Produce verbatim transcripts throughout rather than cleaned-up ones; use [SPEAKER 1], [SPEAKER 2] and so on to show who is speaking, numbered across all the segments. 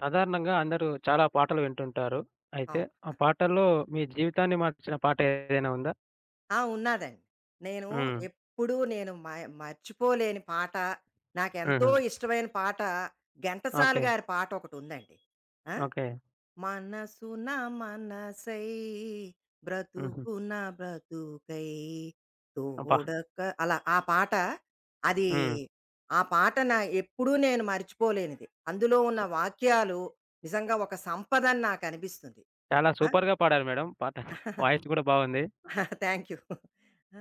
[SPEAKER 1] సాధారణంగా అందరూ చాలా పాటలు వింటుంటారు. అయితే
[SPEAKER 2] అవును.
[SPEAKER 1] ఆ పాటల్లో మీ జీవితాన్ని మార్చిన పాట ఏదైనా ఉందా?
[SPEAKER 2] ఆ! ఉన్నాదండి. నేను
[SPEAKER 1] హ్మ్.
[SPEAKER 2] ఎప్పుడూ నేను మ మర్చిపోలేని పాట, నాకెంతో
[SPEAKER 1] హుహు.
[SPEAKER 2] ఇష్టమైన పాట 'ఘంటసాల'
[SPEAKER 1] ఓకే.
[SPEAKER 2] గారి పాటొకటుందండి. ఆ!
[SPEAKER 1] ఓకే.
[SPEAKER 2] మనసున మనసై
[SPEAKER 1] హుహు.
[SPEAKER 2] బ్రతుకున బ్రతుకై
[SPEAKER 1] అబ్బా!
[SPEAKER 2] తోడక అలా ఆ పాట అది
[SPEAKER 1] హ్మ్.
[SPEAKER 2] ఆ పాట నా ఎప్పుడూ నేను మర్చిపోలేనిది. అందులో ఉన్న వాక్యాలు నిజంగా ఒక సంపదని నాకనిపిస్తుంది.
[SPEAKER 1] చాలా
[SPEAKER 2] ఆ!
[SPEAKER 1] సూపర్‌గా పాడారు మేడం పాట. వాయిస్ కూడా బాగుంది.
[SPEAKER 2] Thank you. ఆ!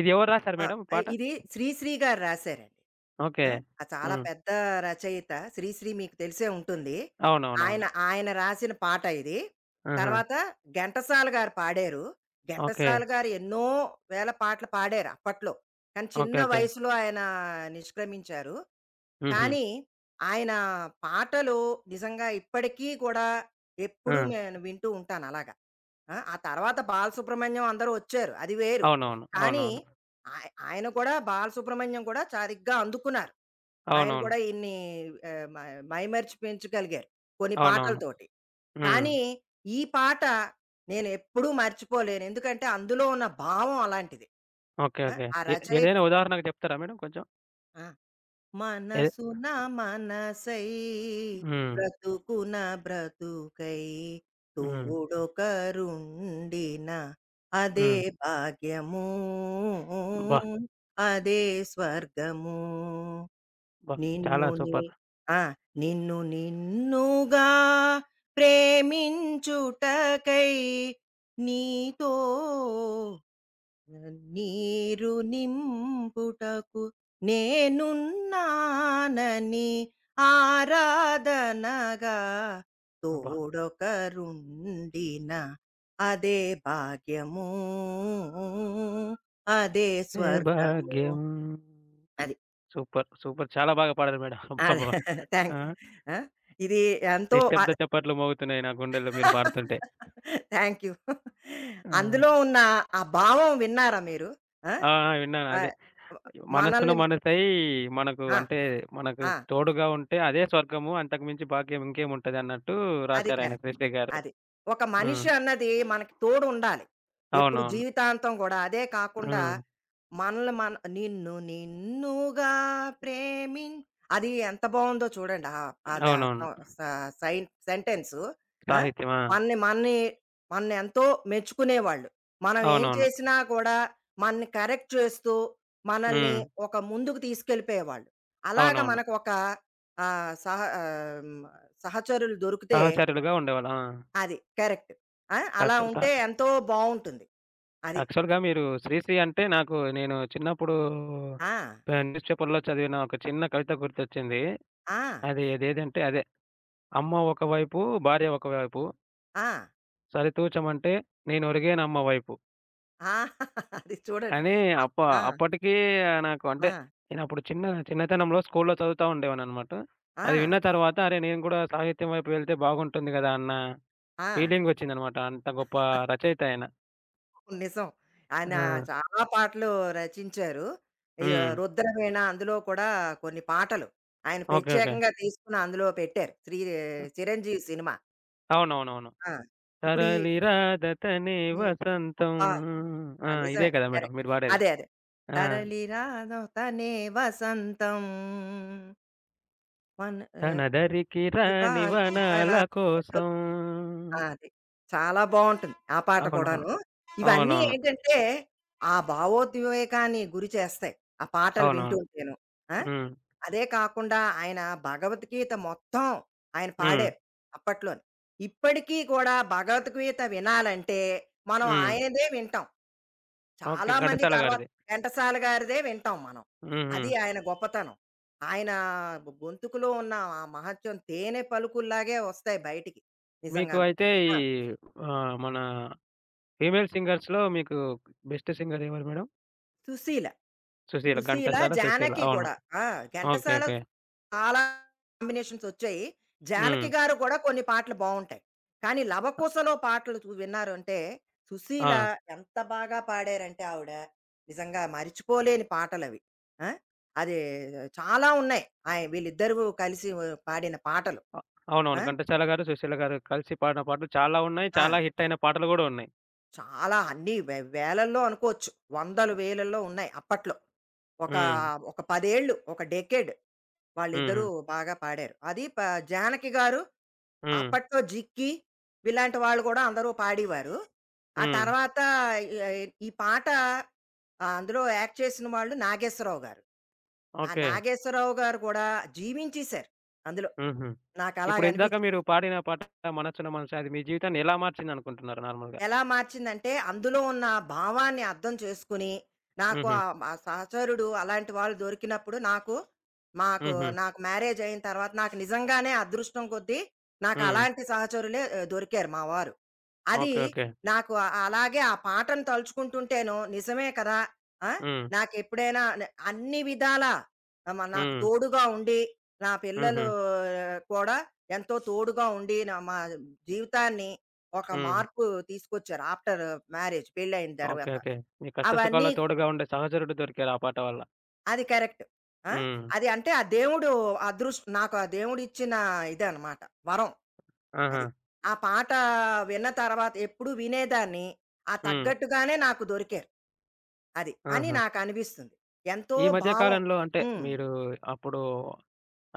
[SPEAKER 1] ఇది ఎవరు రాశారు
[SPEAKER 2] ఆ!
[SPEAKER 1] మేడం ఈ
[SPEAKER 2] ఆహ్,
[SPEAKER 1] పాట?
[SPEAKER 2] ఇది శ్రీశ్రీ గారు రాశారండి.
[SPEAKER 1] ఓకే.
[SPEAKER 2] ఆ! ఆహ్, చాలా
[SPEAKER 1] హ్మ్.
[SPEAKER 2] పెద్ద రచయిత శ్రీశ్రీ మీకు తెలిసే ఉంటుంది. ఆయన
[SPEAKER 1] అవునవునవును.
[SPEAKER 2] ఆయన రాసిన పాట ఇది.
[SPEAKER 1] హుహు.
[SPEAKER 2] తర్వాత ఘంటసాల గారు పాడారు.
[SPEAKER 1] ఓకే.
[SPEAKER 2] ఘంటసాల గారు ఎన్నో వేల పాటలు పాడారు అప్పట్లో. కానీ చిన్న
[SPEAKER 1] ఓకే. ఓకే.
[SPEAKER 2] వయసులో ఆయన నిష్క్రమించారు.
[SPEAKER 1] హుహు.
[SPEAKER 2] కానీ ఆయన పాటలు నిజంగా ఇప్పటికీ కూడా ఎప్పుడూ
[SPEAKER 1] హ్మ్.
[SPEAKER 2] నేను వింటూ ఉంటాను అలాగ. ఆ! ఆ తర్వాత బాలసుబ్రహ్మణ్యం అందరూ వచ్చారు. అది వేరు.
[SPEAKER 1] అవునవును.
[SPEAKER 2] కానీ
[SPEAKER 1] అవునవును.
[SPEAKER 2] ఆయ ఆయన కూడా బాలసుబ్రహ్మణ్యం కూడా సరిగ్గా అందుకున్నారు. ఆయన
[SPEAKER 1] అవునవును.
[SPEAKER 2] కూడా ఇన్ని ఆహ్, మ మైమరిచి పెంచగలిగారు కొన్ని
[SPEAKER 1] అవునవును.
[SPEAKER 2] పాటలతోటి.
[SPEAKER 1] హ్మ్.
[SPEAKER 2] కానీ ఈ పాట నేనెప్పుడూ మర్చిపోలేను. ఎందుకంటే అందులో ఉన్న భావం అలాంటిది.
[SPEAKER 1] ఓకే.
[SPEAKER 2] ఆ!
[SPEAKER 1] ఓకే.
[SPEAKER 2] ఆ
[SPEAKER 1] ఏ
[SPEAKER 2] రచయి
[SPEAKER 1] ఏదైనా ఉదాహరణకు చెప్తారా మేడం కొంచెం?
[SPEAKER 2] ఆ!
[SPEAKER 1] ఏ
[SPEAKER 2] మనసున మనసై
[SPEAKER 1] హ్మ్.
[SPEAKER 2] బ్రతుకున బ్రతుకై
[SPEAKER 1] హ్మ్.
[SPEAKER 2] తోడొకరుండిన అదే
[SPEAKER 1] హ్మ్.
[SPEAKER 2] భాగ్యము
[SPEAKER 1] అబ్బా!
[SPEAKER 2] అదే స్వర్గము
[SPEAKER 1] అబ్బా!
[SPEAKER 2] నిన్ను
[SPEAKER 1] చాలా
[SPEAKER 2] ని-
[SPEAKER 1] సూపర్.
[SPEAKER 2] ఆ నిన్ను నిన్నుగా ప్రేమించుటకై నీతో నీరు నింపుటకు నేనున్నానని ఆరాధనగా
[SPEAKER 1] అబ్బా!
[SPEAKER 2] తోడొకరుండిన అదే భాగ్యము అదే
[SPEAKER 1] ఏ
[SPEAKER 2] స్వర్గము
[SPEAKER 1] భాగ్యం
[SPEAKER 2] అది
[SPEAKER 1] సూపర్. సూపర్. చాలా బాగా పాడారు మేడం.
[SPEAKER 2] అది
[SPEAKER 1] అబ్బబ్బా! ఆ!
[SPEAKER 2] థ్యాంక్స్. ఇది ఎంతో
[SPEAKER 1] నిశ్శబ్ద చప్పట్లు మోగుతున్నాయి నా గుండెల్లో మీరు పాడుతుంటే.
[SPEAKER 2] Thank you.
[SPEAKER 1] ఆ!
[SPEAKER 2] అందులో ఉన్న ఆ భావం విన్నారా మీరు ఆ?
[SPEAKER 1] ఆ! ఆ! విన్నాను
[SPEAKER 2] ఆ,
[SPEAKER 1] అదే. మనస్సున
[SPEAKER 2] మనల్ని
[SPEAKER 1] మనసై మనకు అంటే మనకు
[SPEAKER 2] ఆ!
[SPEAKER 1] తోడుగా ఉంటే అదే స్వర్గము. అంతకు మించి భాగ్యం ఇంకేముంటది అన్నట్టు
[SPEAKER 2] అది
[SPEAKER 1] రాశారాయన
[SPEAKER 2] కరెక్ట్.
[SPEAKER 1] 'శ్రేష్ట' గారు.
[SPEAKER 2] అది. ఒక
[SPEAKER 1] హ్మ్.
[SPEAKER 2] మనిషి అన్నది మనకి తోడు ఉండాలి. ఎప్పుడు
[SPEAKER 1] అవునవును.
[SPEAKER 2] జీవితాంతం గూడా. అదే కాకుండా
[SPEAKER 1] హ్మ్.
[SPEAKER 2] మనల్ని మన నిన్ను నిన్నుగా ప్రేమిం అది ఎంత బావుందో చూడండి. ఆ! అద సౌ
[SPEAKER 1] అవునవును.
[SPEAKER 2] స సైన్ సెంటెన్సు. ఆ!
[SPEAKER 1] సాహిత్యం. ఆ!
[SPEAKER 2] మనని మనని మననెంతో మెచ్చుకునేవాళ్ళు. మనం ఏం
[SPEAKER 1] అవునవును.
[SPEAKER 2] చేసినా కూడా మనని కరెక్ట్ చేస్తూ, మనల్ని
[SPEAKER 1] హ్మ్.
[SPEAKER 2] ఒక ముందుకు తీసుకెళ్ళిపోయేవాళ్ళు. అలాగా
[SPEAKER 1] అవునవును.
[SPEAKER 2] మనకు ఒక ఆహ్, సహ ఆహ్, హ్మ్, సహచరులు దొరికితే
[SPEAKER 1] సహచరులుగా ఉండేవాళ్ళు. ఆ!
[SPEAKER 2] అది. కరెక్ట్. ఆ! అలా
[SPEAKER 1] కరెక్ట్. స
[SPEAKER 2] ఉంటే ఎంతో బావుంటుంది. అది.
[SPEAKER 1] యాక్చువల్‌గా మీరు 'శ్రీశ్రీ' అంటే నాకు నేను చిన్నప్పుడు
[SPEAKER 2] ఆ!
[SPEAKER 1] పే న్యూస్ పేపర్‌లో చదివిన ఒక చిన్న కవిత గుర్తొచ్చింది.
[SPEAKER 2] ఆ!
[SPEAKER 1] అది అదేదంటే అదే "అమ్మ ఒకవైపు, భార్య ఒకవైపు,
[SPEAKER 2] ఆ!
[SPEAKER 1] సరితూచమంటే నేనొరిగేనమ్మ వైపు"
[SPEAKER 2] ఆ! అది చూడండి.
[SPEAKER 1] అని అప్ప
[SPEAKER 2] ఆ!
[SPEAKER 1] అప్పటికి నాకు అంటే
[SPEAKER 2] ఆ!
[SPEAKER 1] నేనప్పుడు చిన్న చిన్నతనంలో స్కూల్‌లో చదువుతా ఉండేవాడిననమాట.
[SPEAKER 2] ఆ!
[SPEAKER 1] అది విన్న తర్వాత అరే! నేను కూడా సాహిత్యం వైపు వెళ్తే బాగుంటుంది కదా! అన్న
[SPEAKER 2] ఆ!
[SPEAKER 1] ఫీలింగ్ వచ్చిందనమాట. అంత గొప్ప రచయిత ఆయన.
[SPEAKER 2] నిజం. ఆయన
[SPEAKER 1] ఆ!
[SPEAKER 2] చాలా పాటలు రచించారు. ఈ
[SPEAKER 1] హ్మ్.
[SPEAKER 2] రుద్రవీణ అందులో కూడా కొన్ని పాటలు ఆయన
[SPEAKER 1] ఓకే. ఓకే.
[SPEAKER 2] ప్రత్యేకంగా తీసుకొని అందులో పెట్టారు. శ్రీ చిరంజీవి సినిమా.
[SPEAKER 1] అవునవునవును.
[SPEAKER 2] ఆ! ఇప్పుడు ఈ
[SPEAKER 1] తరలి రాదతనే
[SPEAKER 2] హ్మ్.
[SPEAKER 1] వసంతం.
[SPEAKER 2] అబ్బా! ఆ!
[SPEAKER 1] ఆ! ఇదే
[SPEAKER 2] నిజమే.
[SPEAKER 1] కదా! Madam
[SPEAKER 2] correct.
[SPEAKER 1] మీరు పాడేది.
[SPEAKER 2] అదే. అదే.
[SPEAKER 1] ఆ!
[SPEAKER 2] తరలి రాను తనే వసంతం వన్ ఆహ్,
[SPEAKER 1] తనదరికి
[SPEAKER 2] చక్కగా
[SPEAKER 1] రాని
[SPEAKER 2] ఇంకా
[SPEAKER 1] వనాల
[SPEAKER 2] ఇలా
[SPEAKER 1] కోసం.
[SPEAKER 2] ఆ! అది. చాలా బావుంటుంది ఆ పాట
[SPEAKER 1] అవునవును.
[SPEAKER 2] కూడాను. ఇవన్నీ
[SPEAKER 1] అవునవును.
[SPEAKER 2] ఏంటంటే, ఆ భావోద్వేగాన్ని గురి చేస్తాయి. ఆ పాటలు వింటూ
[SPEAKER 1] అవునవును.
[SPEAKER 2] ఉంటేను. ఆ!
[SPEAKER 1] హ్మ్.
[SPEAKER 2] అదే కాకుండా ఆయన భగవద్గీత మొత్తం ఆయన
[SPEAKER 1] హ్మ్.
[SPEAKER 2] పాడారు అప్పట్లోని. ఇప్పటికీ కూడా భగవద్గీత వినాలంటే, మనం
[SPEAKER 1] హ్మ్.
[SPEAKER 2] ఆయనదే వింటాం.
[SPEAKER 1] ఓకే.
[SPEAKER 2] చాలా మంది
[SPEAKER 1] ఘంటసాల
[SPEAKER 2] తర్వాత
[SPEAKER 1] గారిది.
[SPEAKER 2] ఘంటసాల గారిదే వింటాం మనం.
[SPEAKER 1] హుహు.
[SPEAKER 2] అది ఆయన గొప్పతనం. ఆయన గొ గొంతుకులో ఉన్న ఆ మహత్యం తేనె పలుకుల్లాగే వస్తాయి బయటికి
[SPEAKER 1] మీకు
[SPEAKER 2] నిజంగాను.
[SPEAKER 1] అయితే ఈ
[SPEAKER 2] ఆ!
[SPEAKER 1] ఆహ్, మన ఫీమేల్ సింగర్స్‌లో మీకు బెస్ట్ సింగర్ ఎవరు మేడం?
[SPEAKER 2] సుశీల.
[SPEAKER 1] సుశీల.
[SPEAKER 2] 'సుశీల',
[SPEAKER 1] ఘంటసాల, సుశీల.
[SPEAKER 2] 'జానకి'
[SPEAKER 1] అవును.
[SPEAKER 2] కూడా. ఆ!
[SPEAKER 1] ఓకే.
[SPEAKER 2] ఘంటసాల
[SPEAKER 1] ఓకే.
[SPEAKER 2] చాలా కాంబినేషన్స్ వచ్చాయి.
[SPEAKER 1] హ్మ్.
[SPEAKER 2] 'జానకి' గారు కూడా కొన్ని పాటలు బావుంటాయి. కానీ 'లవకుశలో' పాటలు చు విన్నారు అంటే 'సుశీల'
[SPEAKER 1] ఆ!
[SPEAKER 2] ఎంత బాగా పాడారంటే ఆవిడ నిజంగా మరిచిపోలేని పాటలవి. ఆ! అది చాలా ఉన్నాయి. ఆయ వీళ్ళిద్దరూ కలిసి వ పాడిన పాటలు.
[SPEAKER 1] అ
[SPEAKER 2] ఆ!
[SPEAKER 1] అవునవును. ఘంటసాల గారు, సుశీల గారు కలిసి పాడిన పాటలు చాలా ఉన్నాయి.
[SPEAKER 2] ఆ!
[SPEAKER 1] చాలా హిట్ అయిన పాటలు గూడా ఉన్నాయి.
[SPEAKER 2] చాలా అన్నీ వే వేలల్లో అనుకోవచ్చు. వందలు, వేలల్లో ఉన్నాయి అప్పట్లో. ఒక,
[SPEAKER 1] హ్మ్.
[SPEAKER 2] ఒక పది ఏళ్ళు ఒక డెకేడ్. వాళ్ళిద్దరూ
[SPEAKER 1] హుహు.
[SPEAKER 2] బాగా పాడారు. అది ప 'జానకి' గారు
[SPEAKER 1] హ్మ్.
[SPEAKER 2] అప్పట్లో 'జిక్కి' ఇలాంటి వాళ్ళు కూడా అందరూ పాడేవారు. ఆ
[SPEAKER 1] హ్మ్.
[SPEAKER 2] తర్వాత ఈ ఈ పాట ఆహ్, అందులో యాక్ట్ చేసిన వాళ్ళు నాగేశ్వరరావు గారు. ఆ
[SPEAKER 1] ఓకే.
[SPEAKER 2] నాగేశ్వరరావు గారు కూడా జీవించేశారు అందులో.
[SPEAKER 1] హుహు.
[SPEAKER 2] నాకు
[SPEAKER 1] ఇప్పుడు ఇందాక
[SPEAKER 2] అలాగనిపించింది.
[SPEAKER 1] మీరు పాడిన పాట 'మనసున మనసే' అది మీ జీవితాన్ని ఎలా మార్చిందనుకుంటున్నారు నార్మల్‌గా?
[SPEAKER 2] ఎలా మార్చిందంటే, అందులో ఉన్న భావాన్ని అర్థం చేసుకుని, నాకు
[SPEAKER 1] హుహు.
[SPEAKER 2] ఆహ్, మా సహచరుడు అలాంటి వాళ్ళు దొరికినప్పుడు నాకు మాకు
[SPEAKER 1] హుహు.
[SPEAKER 2] నాకు మ్యారేజ్ అయిన తర్వాత నాకు నిజంగానే అదృష్టం కొద్దీ నాకు
[SPEAKER 1] హ్మ్.
[SPEAKER 2] అలాంటి సహచరులే ఆహ్, దొరికారు మా వారు. అది
[SPEAKER 1] ఓకే. ఓకే.
[SPEAKER 2] నాకు ఆ- అలాగే ఆ పాటను తలుచుకుంటుంటేను నిజమే కదా! ఆ!
[SPEAKER 1] హ్మ్.
[SPEAKER 2] నాకెప్పుడైనా న అన్ని విధాలా మ నాకు
[SPEAKER 1] హ్మ్.
[SPEAKER 2] తోడుగా ఉండి, నా పిల్లలు
[SPEAKER 1] హుహు.
[SPEAKER 2] ఆ, కూడా ఎంతో తోడుగా ఉండి, నా మా జీవితాన్ని ఒక
[SPEAKER 1] హ్మ్.
[SPEAKER 2] మార్పు తీసుకొచ్చారు ఆఫ్టర్ మ్యారేజ్ పెళ్ళయిన
[SPEAKER 1] ఓకే.
[SPEAKER 2] తర్వాత.
[SPEAKER 1] ఓకే. మీ కష్ట
[SPEAKER 2] అవన్నీ
[SPEAKER 1] సుఖాల్లో తోడుగా ఉండే సహచరుడు దొరికారు ఆ పాట వల్ల.
[SPEAKER 2] అది కరెక్ట్. ఆ!
[SPEAKER 1] హ్మ్.
[SPEAKER 2] అది అంటే ఆ దేవుడు అదృష్టం నాకు ఆ దేవుడిచ్చిన ఇదనమాట. వరం
[SPEAKER 1] ఆహా!
[SPEAKER 2] అది. ఆ పాట విన్న తర్వాత ఎప్పుడు వినేదాన్ని. ఆ
[SPEAKER 1] హ్మ్.
[SPEAKER 2] తగ్గట్టుగానే నాకు దొరికారు. అది అని
[SPEAKER 1] ఆహా!
[SPEAKER 2] నాకనిపిస్తుంది. ఎంతో
[SPEAKER 1] ఈ మధ్య
[SPEAKER 2] భావం
[SPEAKER 1] కాలంలో అంటే
[SPEAKER 2] హ్మ్.
[SPEAKER 1] మీరు అప్పుడు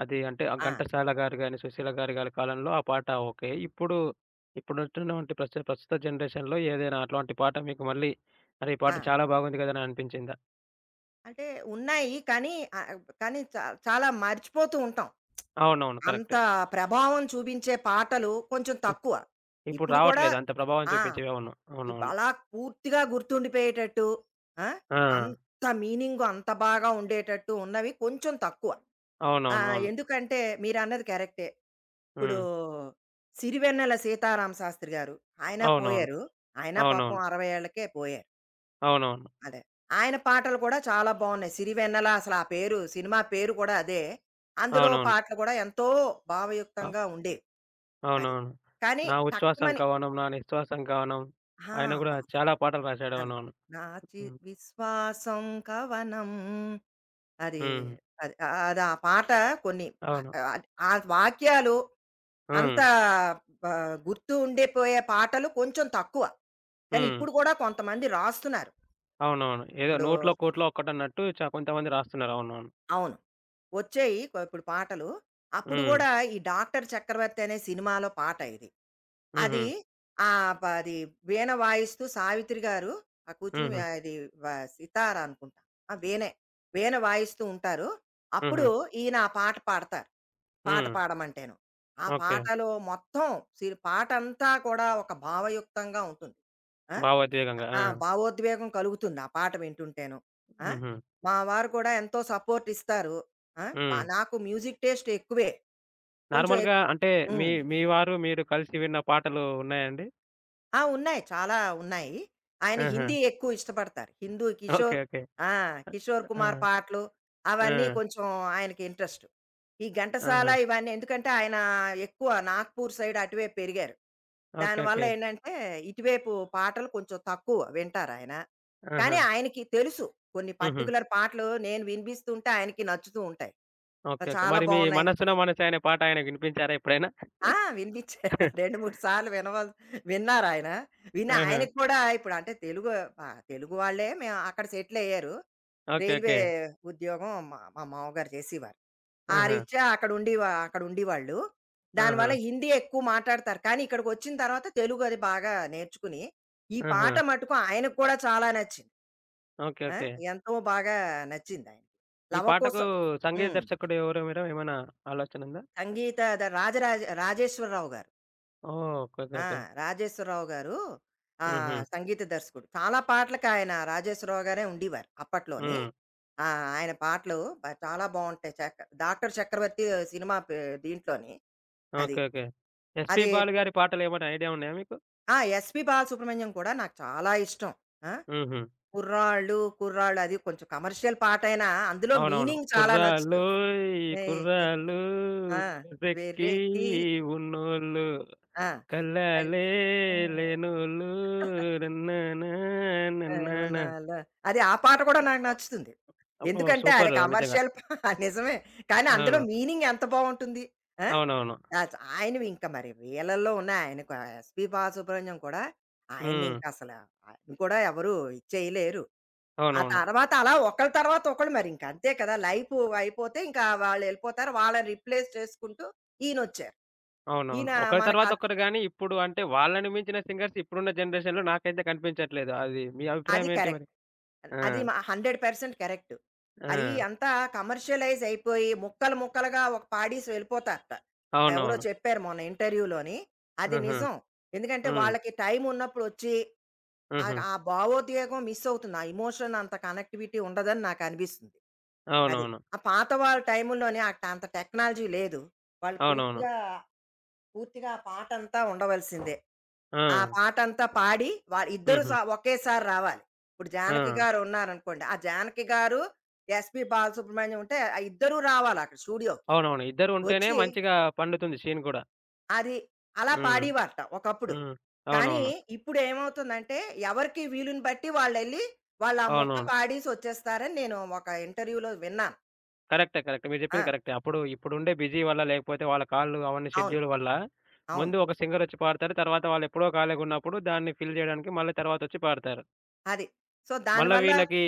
[SPEAKER 1] అది అంటే ఆ
[SPEAKER 2] ఆ!
[SPEAKER 1] 'ఘంటసాల' గారు గాని, 'సుశీల' గారి గారి కాలంలో ఆ పాట ఓకే. ఇప్పుడు ఇప్పుడున్నటువంటి ప్రస్తు ప్రస్తుత జనరేషన్‌లో ఏదైనా అట్లాంటి పాట మీకు మళ్ళీ అరే! ఈ
[SPEAKER 2] ఆ!
[SPEAKER 1] పాట చాలా బాగుంది కదా! అని అనిపించిందా?
[SPEAKER 2] అంటే ఉన్నాయి. కానీ ఆహ్, కానీ చా చాలా మర్చిపోతూ ఉంటాం.
[SPEAKER 1] అవునవును.
[SPEAKER 2] అంత
[SPEAKER 1] కరెక్టే.
[SPEAKER 2] ప్రభావం చూపించే పాటలు కొంచెం
[SPEAKER 1] ఇప్
[SPEAKER 2] తక్కువ.
[SPEAKER 1] ఇప్పుడు
[SPEAKER 2] ఇప్పుడు కూడా
[SPEAKER 1] రావట్లేదు అంత ప్రభావం
[SPEAKER 2] ఆ!
[SPEAKER 1] చూపించేవి. అవును.
[SPEAKER 2] ఇప్
[SPEAKER 1] అవునవును.
[SPEAKER 2] అలా పూర్తిగా గుర్తుండిపోయేటట్టు ఆ!
[SPEAKER 1] ఆ!
[SPEAKER 2] అంత మీనింగు అంత బాగా ఉండేటట్టు ఉన్నవి కొంచెం తక్కువ. ఆ!
[SPEAKER 1] అవునవును. అవును.
[SPEAKER 2] ఎందుకంటే మీరన్నది కరెక్టే. ఇప్పుడు
[SPEAKER 1] హ్మ్.
[SPEAKER 2] 'సిరివెన్నెల సీతారామ శాస్త్రి' గారు ఆయన
[SPEAKER 1] అవునవును.
[SPEAKER 2] పోయారు. ఆయన పాపం
[SPEAKER 1] అవునవును.
[SPEAKER 2] అరవై ఏళ్లకే పోయారు.
[SPEAKER 1] అవునవును.
[SPEAKER 2] అదే. ఆయన పాటలు కూడా చాలా బావున్నాయి. 'సిరివెన్నెల' అసలు ఆ పేరు సినిమా పేరు కూడా అదే. అందులో
[SPEAKER 1] అవునవును.
[SPEAKER 2] పాటలు కూడా ఎంతో
[SPEAKER 1] అ!
[SPEAKER 2] భావయుక్తంగా ఉండేవి. అది.
[SPEAKER 1] అవునవును.
[SPEAKER 2] కానీ
[SPEAKER 1] 'నా ఉచ్ఛ్వాసం
[SPEAKER 2] టక్కుమని
[SPEAKER 1] కవనం, నా నిశ్వాసం కవనం'
[SPEAKER 2] ఆ!
[SPEAKER 1] ఆయన గూడా
[SPEAKER 2] బా
[SPEAKER 1] చాలా
[SPEAKER 2] చెప్పారు.
[SPEAKER 1] పాటలు రాశాడు.
[SPEAKER 2] అవును.
[SPEAKER 1] అవునవును.
[SPEAKER 2] నాచి
[SPEAKER 1] హ్మ్.
[SPEAKER 2] విశ్వాసం కవనం అది.
[SPEAKER 1] హ్మ్.
[SPEAKER 2] అది. ఆ- అది ఆ పాట కొన్ని ఆహ్,
[SPEAKER 1] అవును.
[SPEAKER 2] ఆహ్, ఆ వాక్యాలు అంత
[SPEAKER 1] హ్మ్.
[SPEAKER 2] బ గుర్తు ఉండిపోయే పాటలు కొంచెం తక్కువ. కానీ
[SPEAKER 1] హ్మ్.
[SPEAKER 2] ఇప్పుడు కూడా కొంతమంది రాస్తున్నారు.
[SPEAKER 1] అవునవును. ఏదో
[SPEAKER 2] ఇప్పుడు
[SPEAKER 1] నూట్లో, కోట్లో ఒక్కటన్నట్టు చ కొంతమంది రాస్తున్నారు. అవునవును.
[SPEAKER 2] అవును. వచ్చాయి కొ ఇప్పుడు పాటలు. అప్పుడు
[SPEAKER 1] హ్మ్.
[SPEAKER 2] గూడా ఈ 'డాక్టర్ చక్రవర్తి' అనే సినిమాలో పాట ఇది.
[SPEAKER 1] హుహు.
[SPEAKER 2] అది ఆహ్, ప అది వీణ వాయిస్తూ సావిత్రి గారు ఆహ్, కూర్చొని
[SPEAKER 1] హుహు.
[SPEAKER 2] ఆహ్, అది వ సితార అనుకుంటా. ఆ! వీణే. వీణ వాయిస్తూ ఉంటారు.
[SPEAKER 1] హుహు.
[SPEAKER 2] అప్పుడు ఈయన ఆ పాట పాడతారు. పాట
[SPEAKER 1] హ్మ్.
[SPEAKER 2] పాడమంటేను. ఆ
[SPEAKER 1] ఓకే.
[SPEAKER 2] పాటలో మొత్తం సిర్ పాటంతా కూడా ఒక భావయుక్తంగా ఉంటుంది. ఆ!
[SPEAKER 1] భావోద్వేగంగా. ఆ!
[SPEAKER 2] ఆ! భావోద్వేగం కలుగుతుంది ఆ పాట వింటుంటేను. ఆ!
[SPEAKER 1] హుహు.
[SPEAKER 2] మా వారు కూడా ఎంతో సపోర్ట్ ఇస్తారు. ఆ!
[SPEAKER 1] హ్మ్.
[SPEAKER 2] బా- నాకు మ్యూజిక్ టేస్ట్ ఎక్కువే. కొంచెం
[SPEAKER 1] నార్మల్‌గా
[SPEAKER 2] ఎక్కు
[SPEAKER 1] అంటే మీ
[SPEAKER 2] హ్మ్.
[SPEAKER 1] మీ వారు, మీరు కలిసి విన్న పాటలు ఉన్నాయండి?
[SPEAKER 2] ఆ! ఉన్నాయి. చాలా ఉన్నాయి. ఆయన
[SPEAKER 1] ఆహా!
[SPEAKER 2] హిందీ ఎక్కువ ఇష్టపడతారు. హిందూ
[SPEAKER 1] ఓకే.
[SPEAKER 2] కిషోర్
[SPEAKER 1] ఓకే.
[SPEAKER 2] ఆ! కిషోర్ కుమార్
[SPEAKER 1] ఆ!
[SPEAKER 2] పాటలు అవన్నీ
[SPEAKER 1] ఆ!
[SPEAKER 2] కొంచెం ఆయనకి ఇంట్రెస్ట్. ఈ ఘంటసాల
[SPEAKER 1] ఆహా!
[SPEAKER 2] ఇవన్నీ ఎందుకంటే ఆయన ఎక్కువ నాగ్పూర్ సైడ్ అటువైపు పెరిగారు.
[SPEAKER 1] ఓకే.
[SPEAKER 2] దానివల్ల
[SPEAKER 1] ఓకే.
[SPEAKER 2] ఏంటంటే ఇటువైపు పాటలు కొంచెం తక్కువ వింటారాయన. కానీ
[SPEAKER 1] ఆహా!
[SPEAKER 2] ఆయనకి తెలుసు. కొన్ని
[SPEAKER 1] హుహు.
[SPEAKER 2] పర్టిక్యులర్ పాటలు నేను వినిపిస్తూ ఉంటే ఆయనకి నచ్చుతూ ఉంటాయి.
[SPEAKER 1] ఓకే. ఓకే.
[SPEAKER 2] చాలా
[SPEAKER 1] మరి మీ
[SPEAKER 2] బావున్నాయి.
[SPEAKER 1] 'మనసున మనసే' అనే పాట ఆయనకు వినిపించారా ఎప్పుడైనా?
[SPEAKER 2] ఆ! వినిపించారు. రెండు, మూడు సార్లు వినవల్ విన్నారాయన. విని
[SPEAKER 1] ఆహా!
[SPEAKER 2] ఆయనకి కూడా ఇప్పుడు అంటే తెలుగు ఆహ్, తెలుగు వాళ్ళే మేము అక్కడ సెటిలయ్యారు.
[SPEAKER 1] ఓకే.
[SPEAKER 2] Railway
[SPEAKER 1] okay.
[SPEAKER 2] ఉద్యోగం మా మా మామగారు చేసేవారు. ఆ
[SPEAKER 1] ఆహా!
[SPEAKER 2] రీత్యా అక్కడుండి వా అక్కడుండేవాళ్ళు.
[SPEAKER 1] ఆహా!
[SPEAKER 2] దానివల్ల హిందీ ఎక్కువ మాట్లాడతారు. కానీ ఇక్కడికొచ్చిన తర్వాత తెలుగు అది బాగా నేర్చుకుని, ఈ
[SPEAKER 1] ఆహా!
[SPEAKER 2] పాట మటుకు ఆయనకు కూడా చాలా నచ్చింది.
[SPEAKER 1] ఓకే.
[SPEAKER 2] ఆ!
[SPEAKER 1] ఓకే.
[SPEAKER 2] ఎంతో బాగా నచ్చిందాయనకి.
[SPEAKER 1] ఈ పాటకు
[SPEAKER 2] 'లవకుశ'
[SPEAKER 1] సంగీత
[SPEAKER 2] హ్మ్.
[SPEAKER 1] దర్శకుడు ఎవరో మీరు ఏమైనా ఆలోచనుందా?
[SPEAKER 2] సంగీత ద రాజరాజ రాజేశ్వరరావు గారు.
[SPEAKER 1] ఓహ్! ఓకే. ఓకే.
[SPEAKER 2] ఆ!
[SPEAKER 1] ఓకే.
[SPEAKER 2] రాజేశ్వరరావు గారు
[SPEAKER 1] హుహు.
[SPEAKER 2] ఆహ్, సంగీత దర్శకుడు. చాలా పాటలకి ఆయన రాజేశ్వరరావు గారే ఉండేవారు అప్పట్లోని.
[SPEAKER 1] హ్మ్.
[SPEAKER 2] ఆ! ఆయన పాటలు బ చాలా బావుంటాయి. చక్ 'డాక్టర్ చక్రవర్తి' సినిమా పే దీంట్లోని అది.
[SPEAKER 1] ఓకే. ఓకే. ఎస్‌పీ
[SPEAKER 2] అది
[SPEAKER 1] బాలు గారి పాటలేమైనా ఐడియా ఉన్నాయా మీకు?
[SPEAKER 2] ఆ! ఎస్‌పి బాలసుబ్రహ్మణ్యం కూడా నాకు చాలా ఇష్టం. ఆ!
[SPEAKER 1] హుహు.
[SPEAKER 2] 'కుర్రాళ్ళు కుర్రాళ్ళు' అది కొంచెం కమర్షియల్ పాటైనా అందులో
[SPEAKER 1] అవునవును.
[SPEAKER 2] మీనింగ్ చాలా నచ్చుతుంది.
[SPEAKER 1] కుర్రాళ్ళోయ్!
[SPEAKER 2] ఏయ్ కుర్
[SPEAKER 1] కుర్రాళ్ళు
[SPEAKER 2] ఆ!
[SPEAKER 1] ఉర్రెక్కి
[SPEAKER 2] వెర్రెకి
[SPEAKER 1] ఉన్నోళ్ళు
[SPEAKER 2] ఆ! కల్
[SPEAKER 1] కల్లాలే లేనోళ్ళు రన్నానా
[SPEAKER 2] ఆహ్,
[SPEAKER 1] నన్నానా
[SPEAKER 2] ఏమన్నా అలా అది ఆ పాట కూడా నాకు
[SPEAKER 1] అబ్బా!
[SPEAKER 2] నచ్చుతుంది.
[SPEAKER 1] అబ్బో!
[SPEAKER 2] ఎందుకంటే అది
[SPEAKER 1] సూపరు నిజంగా.
[SPEAKER 2] కమర్షియల్ పా నిజమే. కానీ అందులో
[SPEAKER 1] అవును.
[SPEAKER 2] మీనింగ్ ఎంత బావుంటుంది. ఆ!
[SPEAKER 1] అవునవును.
[SPEAKER 2] ఆచ్ ఆయనవి ఇంక మరి వీళ్ళల్లో ఉన్న ఆయనకు ఎస్‌పి బాలసుబ్రహ్మణ్యం కూడా ఆయన్ని
[SPEAKER 1] హ్మ్.
[SPEAKER 2] ఇంక అసల ఆయన కూడా ఎవరు ఇది చేయలేరు. ఆ
[SPEAKER 1] అవునవును.
[SPEAKER 2] తర్వాత అలా ఒకళ్ళ తర్వాత ఒకళ్ళు మరింక అంతే కదా! లైఫు అయిపోతే ఇంకా వాళ్ళెళ్ళిపోతారు. వాళ్ళని రిప్లేస్ చేసుకుంటూ ఈయనొచ్చారు.
[SPEAKER 1] అవునవును.
[SPEAKER 2] ఈయన
[SPEAKER 1] ఒకరి
[SPEAKER 2] మనకు
[SPEAKER 1] తర్వాత
[SPEAKER 2] అద్
[SPEAKER 1] ఒకరు గాని, ఇప్పుడు అంటే వాళ్ళని మించిన సింగర్స్ ఇప్పుడున్న జనరేషన్‌లో నాకైతే కనిపించట్లేదు. అది మీ
[SPEAKER 2] అది
[SPEAKER 1] అభిప్రాయం ఏంటి
[SPEAKER 2] కరెక్ట్.
[SPEAKER 1] మరి? ఆ!
[SPEAKER 2] అది మ నూరు శాతం కరెక్ట్. అది
[SPEAKER 1] ఆ!
[SPEAKER 2] అంతా కమర్షియలైజ్ అయిపోయి ముక్కలు ముక్కలుగా ఒక పాడేసి వెళ్ళిపోతారట. ఎవరో
[SPEAKER 1] అవునవును.
[SPEAKER 2] చెప్పారు మొన్న ఇంటర్వ్యూలోని. అది
[SPEAKER 1] హుహు.
[SPEAKER 2] నిజం. ఎందుకంటే
[SPEAKER 1] హ్మ్.
[SPEAKER 2] వాళ్ళకి టైం ఉన్నప్పుడొచ్చి ఆహ్,
[SPEAKER 1] హుహు.
[SPEAKER 2] ఆ ఆ భావోద్వేగం మిస్ అవుతుంది. ఆ ఎమోషన్ అంత కనెక్టివిటీ ఉండదని నాకనిపిస్తుంది. అది.
[SPEAKER 1] అవునవును.
[SPEAKER 2] ఆ పాత వాళ్ళ టైముల్లోనే అట్ అంత టెక్నాలజీ లేదు. వాళ్ళు
[SPEAKER 1] అవునవును.
[SPEAKER 2] పూర్తిగా పూర్తిగా ఆ పాటంతా ఉండవలసిందే.
[SPEAKER 1] ఆ!
[SPEAKER 2] ఆ పాటంతా పాడి వాళ్ ఇద్దరు స
[SPEAKER 1] హుహు.
[SPEAKER 2] ఒకేసారి రావాలి. ఇప్పుడు
[SPEAKER 1] ఆ!
[SPEAKER 2] జానకి గారు ఉన్నారనుకోండి. ఆ జానకి గారు, ఎస్‌పి బాలసుబ్రహ్మణ్యం ఉంటే ఆ ఇద్దరూ రావాలి అక్కడ స్టూడియోకి.
[SPEAKER 1] అవునవును. ఇద్దరు ఉంటేనే
[SPEAKER 2] వచ్చి
[SPEAKER 1] మంచిగా పండుతుంది సీన్ గూడా.
[SPEAKER 2] అది అలా
[SPEAKER 1] హ్మ్.
[SPEAKER 2] పాడేవారట ఒకప్పుడు.
[SPEAKER 1] హ్మ్.
[SPEAKER 2] కానీ
[SPEAKER 1] అవునవును.
[SPEAKER 2] ఇప్పుడేమవుతుందంటే ఎవరికి వీలుని బట్టి వాళ్ళెళ్లి వాళ్ళా ముక్క
[SPEAKER 1] అవునవును.
[SPEAKER 2] పాడేసి వచ్చేస్తారని నేను ఒక ఇంటర్వ్యూలో విన్నాను.
[SPEAKER 1] కరెక్టే. కరెక్టే. మీరు
[SPEAKER 2] ఆ!
[SPEAKER 1] చెప్పింది కరెక్టే. అప్పుడు ఇప్పుడుండే బిజీ వల్ల లేకపోతే వాళ్ళ కాల్లు అవన్నీ
[SPEAKER 2] అవును.
[SPEAKER 1] షెడ్యూల్ వల్ల
[SPEAKER 2] అవును.
[SPEAKER 1] ముందు ఒక సింగరొచ్చి పాడతారు. తర్వాత వాళ్ళు ఎప్పుడో ఖాళీగున్నప్పుడు దాన్ని ఫిల్ జేయడానికి మళ్ళీ తర్వాతొచ్చి పాడతారు.
[SPEAKER 2] అది. సో
[SPEAKER 1] మళ్ళా
[SPEAKER 2] దానివల్ల
[SPEAKER 1] వీళ్ళకి,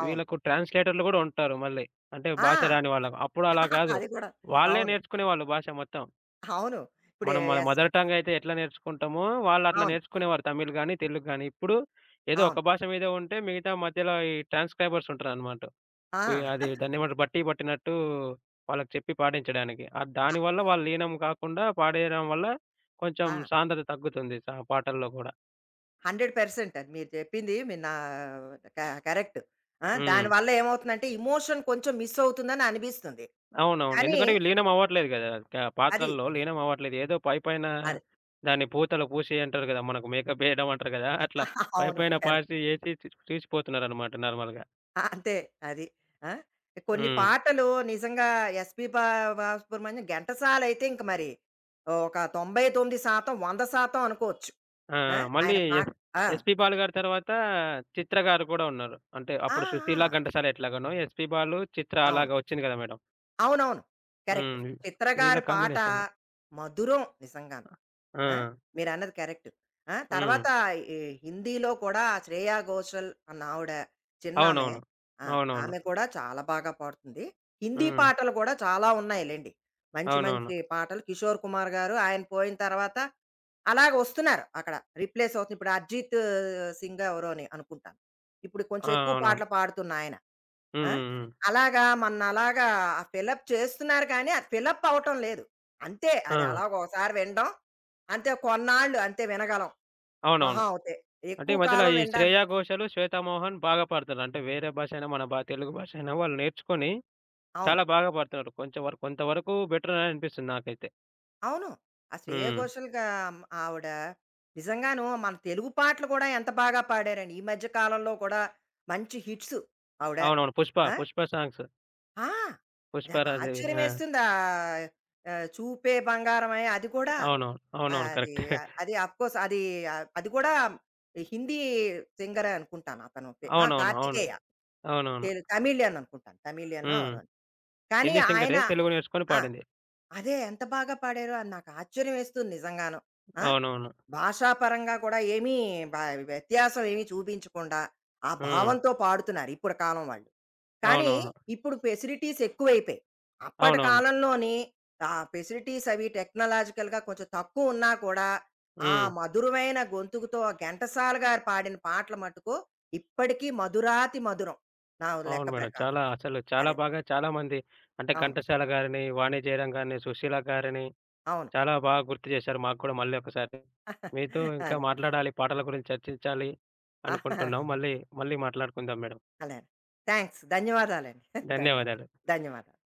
[SPEAKER 2] అవును.
[SPEAKER 1] వీళ్ళకు ట్రాన్స్‌లేటర్‌లు గూడా ఉంటారు మళ్ళీ. అంటే భాష
[SPEAKER 2] ఆ!
[SPEAKER 1] రాని వాళ్ళకు. అప్పుడు అలా కాదు.
[SPEAKER 2] అది కూడా.
[SPEAKER 1] వాళ్ళే
[SPEAKER 2] అవును.
[SPEAKER 1] నేర్చుకునేవాళ్ళు భాష మొత్తం.
[SPEAKER 2] అవును. ఇప్పుడు
[SPEAKER 1] మనం మన
[SPEAKER 2] యెస్.
[SPEAKER 1] మదర్ టంగ్ అయితే ఎట్లా నేర్చుకుంటామో వాళ్ళు అట్లా
[SPEAKER 2] అవును.
[SPEAKER 1] నేర్చుకునేవారు. తమిళ్ గాని, తెలుగు గాని. ఇప్పుడు ఏదో
[SPEAKER 2] అవును.
[SPEAKER 1] ఒక భాష మీదే ఉంటే మిగతా మధ్యలో ఈ ట్రాన్స్‌క్రైబర్స్ ఉంటారనమాట. పోయి అది
[SPEAKER 2] ఆ!
[SPEAKER 1] దాన్నేమంటారు బట్టి పట్టినట్టు వాళ్ళకి చెప్పి పాడించడానికి. ఆహ్,
[SPEAKER 2] అ
[SPEAKER 1] దానివల్ల వాళ్ళు లీనం కాకుండా పాడేయడం వల్ల కొంచెం
[SPEAKER 2] ఆ!
[SPEAKER 1] సాంద్రత తగ్గుతుంది స పాటల్లో గూడా.
[SPEAKER 2] నూరు శాతం అది మీరు చెప్పింది మీ నా క కరెక్ట్. ఆ!
[SPEAKER 1] హ్మ్.
[SPEAKER 2] దానివల్ల ఏమవుతుందంటే, ఎమోషన్ కొంచెం మిస్ అవుతుందని అనిపిస్తుంది.
[SPEAKER 1] అవునవును.
[SPEAKER 2] కానీ
[SPEAKER 1] ఎందుకంటే ఇవి లీనం అవ్వట్లేదు గదా! క
[SPEAKER 2] అది
[SPEAKER 1] పాత్రల్లో లీనం అవ్వట్లేదు. ఏదో పైపైన
[SPEAKER 2] అది.
[SPEAKER 1] దాన్ని పూతల పూసి అంటారు గదా! మనకు మేకప్ ఏయడం అంటారు గదా! అట్లా
[SPEAKER 2] అవును.
[SPEAKER 1] పైపైన
[SPEAKER 2] కరెక్ట్.
[SPEAKER 1] పాసి ఏసి తీ తీసిపోతున్నారనమాట నార్మల్‌గా.
[SPEAKER 2] ఆ, అంతే అది. ఆ! కొన్ని
[SPEAKER 1] హ్మ్.
[SPEAKER 2] పాటలు నిజంగా 'ఎస్‌పి బా బాలసుబ్రహ్మణ్యం' ఘంటసాల అయితే ఇంక మరి ఒక తొంభై తొమ్మిది శాతం నూరు శాతం అనుకోవచ్చు.
[SPEAKER 1] ఆ! ఆ!
[SPEAKER 2] ఆ!
[SPEAKER 1] మళ్ళీ
[SPEAKER 2] ఆయన పాట
[SPEAKER 1] ఎస్.
[SPEAKER 2] ఆ!
[SPEAKER 1] ఎస్‌పీ బాలు గారి తర్వాత చిత్ర గారు కూడా ఉన్నారు. అంటే
[SPEAKER 2] ఆ!
[SPEAKER 1] అప్పుడు
[SPEAKER 2] ఆ!
[SPEAKER 1] 'సుశీల' 'ఘంటసాల' ఎట్లాగానో ఎస్‌పీ బాలు, చిత్ర
[SPEAKER 2] అవును.
[SPEAKER 1] అలాగా వచ్చింది గదా! మేడం.
[SPEAKER 2] అవునవును. కరెక్ట్.
[SPEAKER 1] హ్మ్.
[SPEAKER 2] చిత్ర
[SPEAKER 1] వీళ్ళ
[SPEAKER 2] గారి పాట
[SPEAKER 1] కాంబినేషన్.
[SPEAKER 2] మధురం నిజంగాను. ఆ!
[SPEAKER 1] ఆ!
[SPEAKER 2] మీరన్నది కరెక్ట్. ఆ!
[SPEAKER 1] హ్మ్.
[SPEAKER 2] తర్వాత ఈ హిందీలో కూడా 'శ్రేయ ఘోషల్' అన్న ఆవిడ చిన్నామె.
[SPEAKER 1] అవునవును.
[SPEAKER 2] ఆ!
[SPEAKER 1] అవునవును.
[SPEAKER 2] ఆమె కూడా చాలా బాగా పాడుతుంది. హిందీ
[SPEAKER 1] హ్మ్.
[SPEAKER 2] పాటలు కూడా చాలా ఉన్నాయిలెండి. మంచి
[SPEAKER 1] అవునవును.
[SPEAKER 2] మంచి పాటలు. కిషోర్ కుమార్ గారు ఆయన పోయిన తర్వాత అలాగ వస్తున్నారు అక్కడ. రీప్లేస్ అవుతుంది. ఇప్పుడు 'అర్జిత్ సింగ్' ఎవరోని అనుకుంటాను. ఇప్పుడు
[SPEAKER 1] ఆ!
[SPEAKER 2] కొంచెం ఎక్కువ
[SPEAKER 1] అవునవును.
[SPEAKER 2] పాటలు పాడుతున్న ఆయన.
[SPEAKER 1] హ్మ్.
[SPEAKER 2] ఆ!
[SPEAKER 1] హ్మ్. హ్మ్.
[SPEAKER 2] అలాగా మన్నలాగా ఆ ఫిలప్ చేస్తున్నారు కానీ, అది ఫిలప్ అవ్వటం లేదు. అంతే అది
[SPEAKER 1] ఆ!
[SPEAKER 2] అలాగ ఒకసారి వినడం. అంతే కొన్నాళ్ళు అంతే వినగలం.
[SPEAKER 1] అవునవును.
[SPEAKER 2] మహా అవుతే.
[SPEAKER 1] అంటే
[SPEAKER 2] ఎక్కువ
[SPEAKER 1] ఈ మధ్యలో
[SPEAKER 2] కాలం
[SPEAKER 1] ఈ
[SPEAKER 2] వినడానికి
[SPEAKER 1] శ్రేయా ఘోషాలు, 'శ్వేతా మోహన్' బాగా పాడుతున్నారు. అంటే వేరే భాష అయినా, మన బా తెలుగు భాష అయినా వాళ్ళు నేర్చుకొని
[SPEAKER 2] అవును.
[SPEAKER 1] చాలా బాగా పాడుతున్నారు. కొంచెం వరకు కొంతవరకు బెటర్ అని అనిపిస్తుంది నాకైతే.
[SPEAKER 2] అవును. ఆ శ్రేయ
[SPEAKER 1] హ్మ్.
[SPEAKER 2] ఘోషల్‌గా ఆవిడ నిజంగాను మన తెలుగు పాటలు కూడా ఎంత బాగా పాడారండి. ఈ మధ్య కాలంలో కూడా మంచి హిట్స్ ఆవిడ.
[SPEAKER 1] అవునవును. 'పుష్ప',
[SPEAKER 2] ఆ!
[SPEAKER 1] 'పుష్ప' సాంగ్స్
[SPEAKER 2] ఆ! నాకు
[SPEAKER 1] 'పుష్పారాజేవి' ఆ!
[SPEAKER 2] ఆశ్చర్యమేస్తుంది. ఆహ్, ఆహ్, చూపే బంగారమై అది కూడా.
[SPEAKER 1] అవునవును.
[SPEAKER 2] ఆ!
[SPEAKER 1] అవునవును.
[SPEAKER 2] అది
[SPEAKER 1] కరెక్ట్.
[SPEAKER 2] ఆ- అది అఫ్‌కోర్స్ అది ఆ, అది కూడా హిందీ సింగరే అనుకుంటాను అతను. పే- ఆ!
[SPEAKER 1] అవునవును. అవును.
[SPEAKER 2] కార్తికేయ.
[SPEAKER 1] అవునవును.
[SPEAKER 2] తెలు తమిళియన్ అనుకుంటాను. తమిళియనో
[SPEAKER 1] హ్మ్.
[SPEAKER 2] ఎవరో. కానీ
[SPEAKER 1] హిందీ
[SPEAKER 2] ఆయన
[SPEAKER 1] సింగరే తెలుగు నేర్చుకొని
[SPEAKER 2] ఆ!
[SPEAKER 1] పాడింది.
[SPEAKER 2] అదే ఎంత బాగా పాడారో అని నాకు ఆశ్చర్యం వేస్తుంది నిజంగాను. ఆ!
[SPEAKER 1] అవునవును.
[SPEAKER 2] భాషాపరంగా కూడా ఏమీ బ వ్యత్యాసం ఏమీ చూపించకుండా, ఆ
[SPEAKER 1] హ్మ్.
[SPEAKER 2] భావంతో పాడుతున్నారు ఇప్పుడు కాలం వాళ్ళు. కానీ
[SPEAKER 1] అవునవును.
[SPEAKER 2] ఇప్పుడు ఫెసిలిటీస్ ఎక్కువైపోయాయి. అప్పటి
[SPEAKER 1] అవునవును.
[SPEAKER 2] కాలంలోని ఆ ఫెసిలిటీస్ అవి టెక్నాలాజికల్‌గా కొంచెం తక్కువ ఉన్నా కూడా, ఆ
[SPEAKER 1] హ్మ్.
[SPEAKER 2] మధురమైన గొంతుకుతో ఘంటసాల గారు పాడిన పాటలు మట్టుకు ఇప్పటికీ మధురాతి మధురం. నా లెక్క
[SPEAKER 1] అవును మేడం.
[SPEAKER 2] ప్రకారం.
[SPEAKER 1] చాలా అసలు చాలా
[SPEAKER 2] అదే.
[SPEAKER 1] బాగా చాలా మంది అంటే
[SPEAKER 2] అవును.
[SPEAKER 1] ఘంటసాల గారిని, వాణి జయరాం గారిని, సుశీల గారిని
[SPEAKER 2] అవును.
[SPEAKER 1] చాలా బాగా గుర్తు చేశారు మాకు కూడా మళ్ళీ ఒకసారి. మీతో ఇంకా
[SPEAKER 2] అదే.
[SPEAKER 1] మాట్లాడాలి, పాటల గురించి చర్చించాలి అనుకుంటున్నాం. మళ్ళీ మళ్ళీ మాట్లాడుకుందాం మేడం.
[SPEAKER 2] అలానే. థాంక్స్. ధన్యవాదాలండి. ధన్యవాదాలు.
[SPEAKER 1] ధన్యవాదాలు.
[SPEAKER 2] ధన్యవాదాలు.